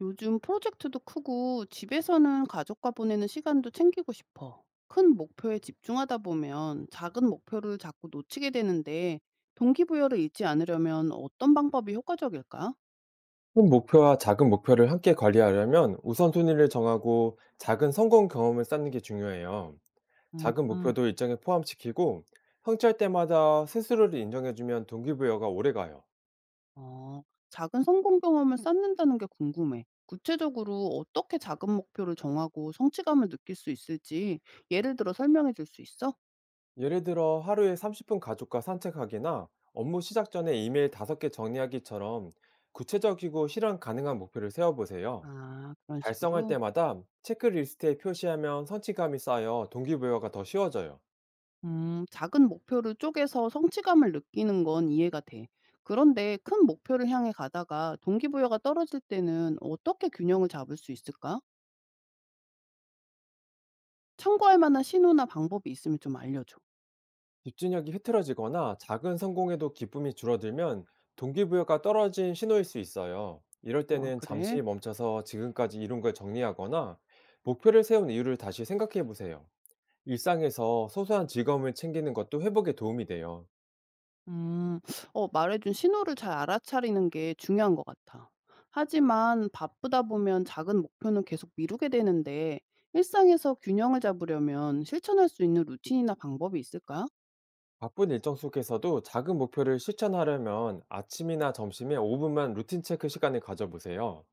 요즘 프로젝트도 크고 집에서는 가족과 보내는 시간도 챙기고 싶어. 큰 목표에 집중하다 보면 작은 목표를 자꾸 놓치게 되는데 동기부여를 잃지 않으려면 어떤 방법이 효과적일까? 큰 목표와 작은 목표를 함께 관리하려면 우선순위를 정하고 작은 성공 경험을 쌓는 게 중요해요. 작은 음, 목표도 일정에 포함시키고 성취할 때마다 스스로를 인정해주면 동기부여가 오래가요. 어, 작은 성공 경험을 쌓는다는 게 궁금해. 구체적으로 어떻게 작은 목표를 정하고 성취감을 느낄 수 있을지 예를 들어 설명해 줄 수 있어? 예를 들어, 하루에 30분 가족과 산책하기나 업무 시작 전에 이메일 5개 정리하기처럼 구체적이고 실현 가능한 목표를 세워보세요. 아, 그런 달성할 식으로. 때마다 체크리스트에 표시하면 성취감이 쌓여 동기부여가 더 쉬워져요. 작은 목표를 쪼개서 성취감을 느끼는 건 이해가 돼. 그런데 큰 목표를 향해 가다가 동기부여가 떨어질 때는 어떻게 균형을 잡을 수 있을까? 참고할 만한 신호나 방법이 있으면 좀 알려줘. 집중력이 흐트러지거나 작은 성공에도 기쁨이 줄어들면 동기부여가 떨어진 신호일 수 있어요. 이럴 아, 때는 그래? 잠시 멈춰서 지금까지 이룬 걸 정리하거나 목표를 세운 이유를 다시 생각해 보세요. 일상에서 소소한 즐거움을 챙기는 것도 회복에 도움이 돼요. 음, 어, 말해준 신호를 잘 알아차리는 게 중요한 것 같아. 하지만 바쁘다 보면 작은 목표는 계속 미루게 되는데 일상에서 균형을 잡으려면 실천할 수 있는 루틴이나 방법이 있을까? 바쁜 일정 속에서도 작은 목표를 실천하려면 아침이나 점심에 5분만 루틴 체크 시간을 가져보세요.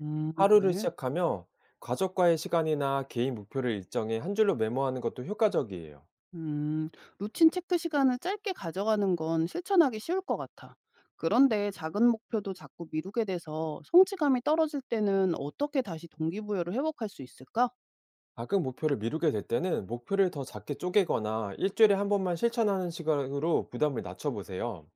하루를 그래. 시작하며 가족과의 시간이나 개인 목표를 일정에 한 줄로 메모하는 것도 효과적이에요. 음, 루틴 체크 시간을 짧게 가져가는 건 실천하기 쉬울 것 같아. 그런데 작은 목표도 자꾸 미루게 돼서 성취감이 떨어질 때는 어떻게 다시 동기부여를 회복할 수 있을까? 작은 목표를 미루게 될 때는 목표를 더 작게 쪼개거나 일주일에 한 번만 실천하는 시간으로 부담을 낮춰보세요.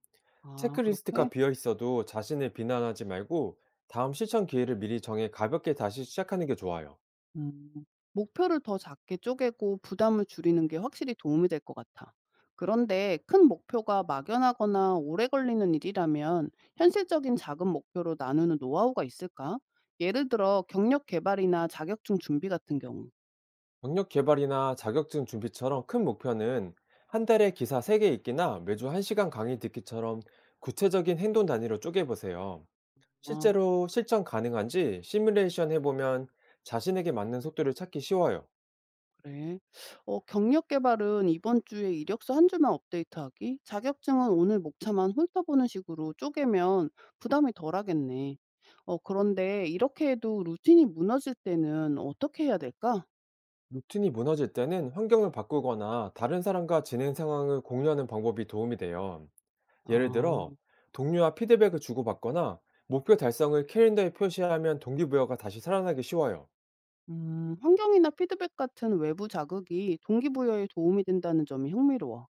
아, 그렇게? 체크리스트가 비어 있어도 자신을 비난하지 말고 다음 실천 기회를 미리 정해 가볍게 다시 시작하는 게 좋아요. 음, 목표를 더 작게 쪼개고 부담을 줄이는 게 확실히 도움이 될 것 같아. 그런데 큰 목표가 막연하거나 오래 걸리는 일이라면 현실적인 작은 목표로 나누는 노하우가 있을까? 예를 들어 경력 개발이나 자격증 준비 같은 경우. 경력 개발이나 자격증 준비처럼 큰 목표는 한 달에 기사 3개 읽기나 매주 1시간 강의 듣기처럼 구체적인 행동 단위로 쪼개보세요. 실제로 실천 가능한지 시뮬레이션 해보면 자신에게 맞는 속도를 찾기 쉬워요. 그래. 어, 경력 개발은 이번 주에 이력서 한 줄만 업데이트하기, 자격증은 오늘 목차만 훑어보는 식으로 쪼개면 부담이 덜하겠네. 어, 그런데 이렇게 해도 루틴이 무너질 때는 어떻게 해야 될까? 루틴이 무너질 때는 환경을 바꾸거나 다른 사람과 진행 상황을 공유하는 방법이 도움이 돼요. 예를 들어, 아. 동료와 피드백을 주고받거나 목표 달성을 캘린더에 표시하면 동기부여가 다시 살아나기 쉬워요. 음, 환경이나 피드백 같은 외부 자극이 동기부여에 도움이 된다는 점이 흥미로워.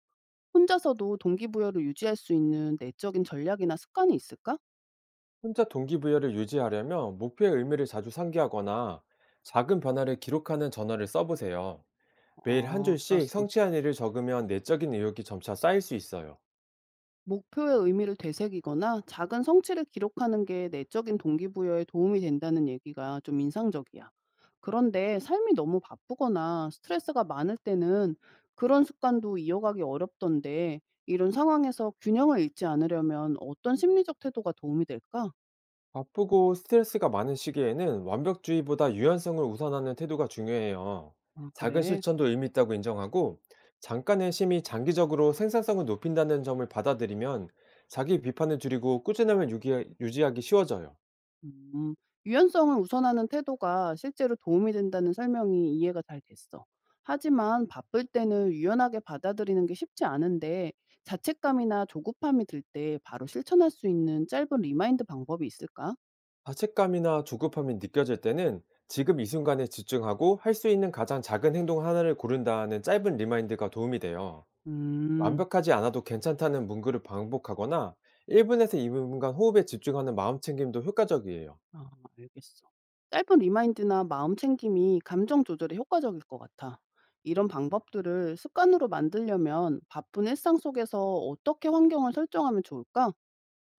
혼자서도 동기부여를 유지할 수 있는 내적인 전략이나 습관이 있을까? 혼자 동기부여를 유지하려면 목표의 의미를 자주 상기하거나 작은 변화를 기록하는 전화를 써보세요. 매일 한 아, 줄씩 알았어. 성취한 일을 적으면 내적인 의욕이 점차 쌓일 수 있어요. 목표의 의미를 되새기거나 작은 성취를 기록하는 게 내적인 동기부여에 도움이 된다는 얘기가 좀 인상적이야. 그런데 삶이 너무 바쁘거나 스트레스가 많을 때는 그런 습관도 이어가기 어렵던데 이런 상황에서 균형을 잃지 않으려면 어떤 심리적 태도가 도움이 될까? 바쁘고 스트레스가 많은 시기에는 완벽주의보다 유연성을 우선하는 태도가 중요해요. 아, 작은 그래. 실천도 의미 있다고 인정하고, 잠깐의 쉼이 장기적으로 생산성을 높인다는 점을 받아들이면 자기 비판을 줄이고 꾸준함을 유지하기 쉬워져요. 음. 유연성을 우선하는 태도가 실제로 도움이 된다는 설명이 이해가 잘 됐어. 하지만 바쁠 때는 유연하게 받아들이는 게 쉽지 않은데 자책감이나 조급함이 들 때 바로 실천할 수 있는 짧은 리마인드 방법이 있을까? 자책감이나 조급함이 느껴질 때는 지금 이 순간에 집중하고 할 수 있는 가장 작은 행동 하나를 고른다는 짧은 리마인드가 도움이 돼요. 음, 완벽하지 않아도 괜찮다는 문구를 반복하거나 1분에서 2분간 호흡에 집중하는 마음 챙김도 효과적이에요. 아, 알겠어. 짧은 리마인드나 마음 챙김이 감정 조절에 효과적일 것 같아. 이런 방법들을 습관으로 만들려면 바쁜 일상 속에서 어떻게 환경을 설정하면 좋을까?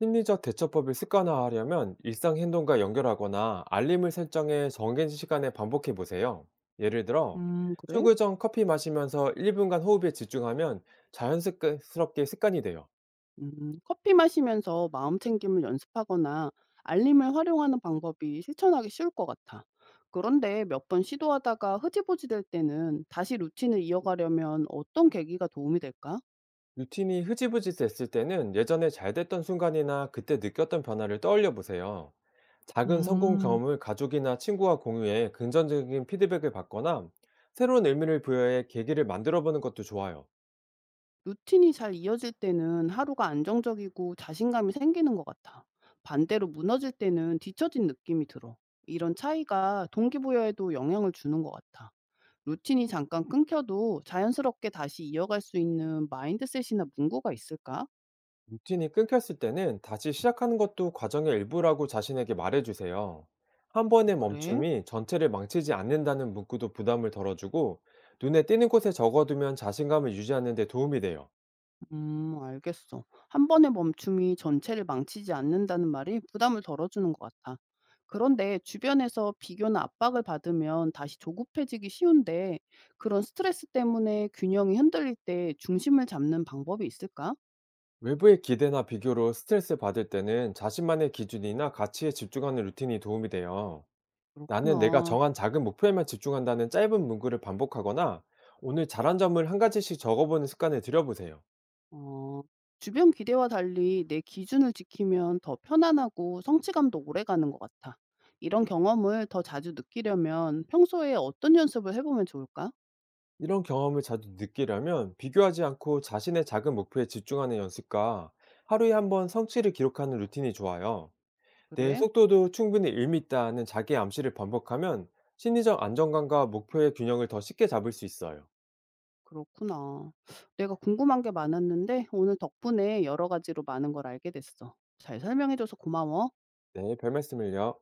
심리적 대처법을 습관화하려면 일상 행동과 연결하거나 알림을 설정해 정해진 시간에 반복해 보세요. 예를 들어, 그래? 출구 전 커피 마시면서 1분간 호흡에 집중하면 자연스럽게 습관이 돼요. 커피 마시면서 마음 챙김을 연습하거나 알림을 활용하는 방법이 실천하기 쉬울 것 같아. 그런데 몇 번 시도하다가 흐지부지 될 때는 다시 루틴을 이어가려면 어떤 계기가 도움이 될까? 루틴이 흐지부지 됐을 때는 예전에 잘 됐던 순간이나 그때 느꼈던 변화를 떠올려 보세요. 작은 성공 음, 경험을 가족이나 친구와 공유해 긍정적인 피드백을 받거나 새로운 의미를 부여해 계기를 만들어 보는 것도 좋아요. 루틴이 잘 이어질 때는 하루가 안정적이고 자신감이 생기는 것 같아. 반대로 무너질 때는 뒤처진 느낌이 들어. 이런 차이가 동기부여에도 영향을 주는 것 같아. 루틴이 잠깐 끊겨도 자연스럽게 다시 이어갈 수 있는 마인드셋이나 문구가 있을까? 루틴이 끊겼을 때는 다시 시작하는 것도 과정의 일부라고 자신에게 말해주세요. 한 아, 번의 그래? 멈춤이 전체를 망치지 않는다는 문구도 부담을 덜어주고 눈에 띄는 곳에 적어두면 자신감을 유지하는 데 도움이 돼요. 알겠어. 한 번의 멈춤이 전체를 망치지 않는다는 말이 부담을 덜어주는 것 같아. 그런데 주변에서 비교나 압박을 받으면 다시 조급해지기 쉬운데 그런 스트레스 때문에 균형이 흔들릴 때 중심을 잡는 방법이 있을까? 외부의 기대나 비교로 스트레스 받을 때는 자신만의 기준이나 가치에 집중하는 루틴이 도움이 돼요. 나는 내가 그렇구나. 정한 작은 목표에만 집중한다는 짧은 문구를 반복하거나 오늘 잘한 점을 한 가지씩 적어보는 습관을 들여보세요. 어, 주변 기대와 달리 내 기준을 지키면 더 편안하고 성취감도 오래 가는 것 같아. 이런 경험을 더 자주 느끼려면 평소에 어떤 연습을 해보면 좋을까? 이런 경험을 자주 느끼려면 비교하지 않고 자신의 작은 목표에 집중하는 연습과 하루에 한번 성취를 기록하는 루틴이 좋아요. 내 그래? 속도도 충분히 의미 있다는 자기 암시를 반복하면 심리적 안정감과 목표의 균형을 더 쉽게 잡을 수 있어요. 그렇구나. 내가 궁금한 게 많았는데 오늘 덕분에 여러 가지로 많은 걸 알게 됐어. 잘 설명해줘서 고마워. 네, 별 말씀을요.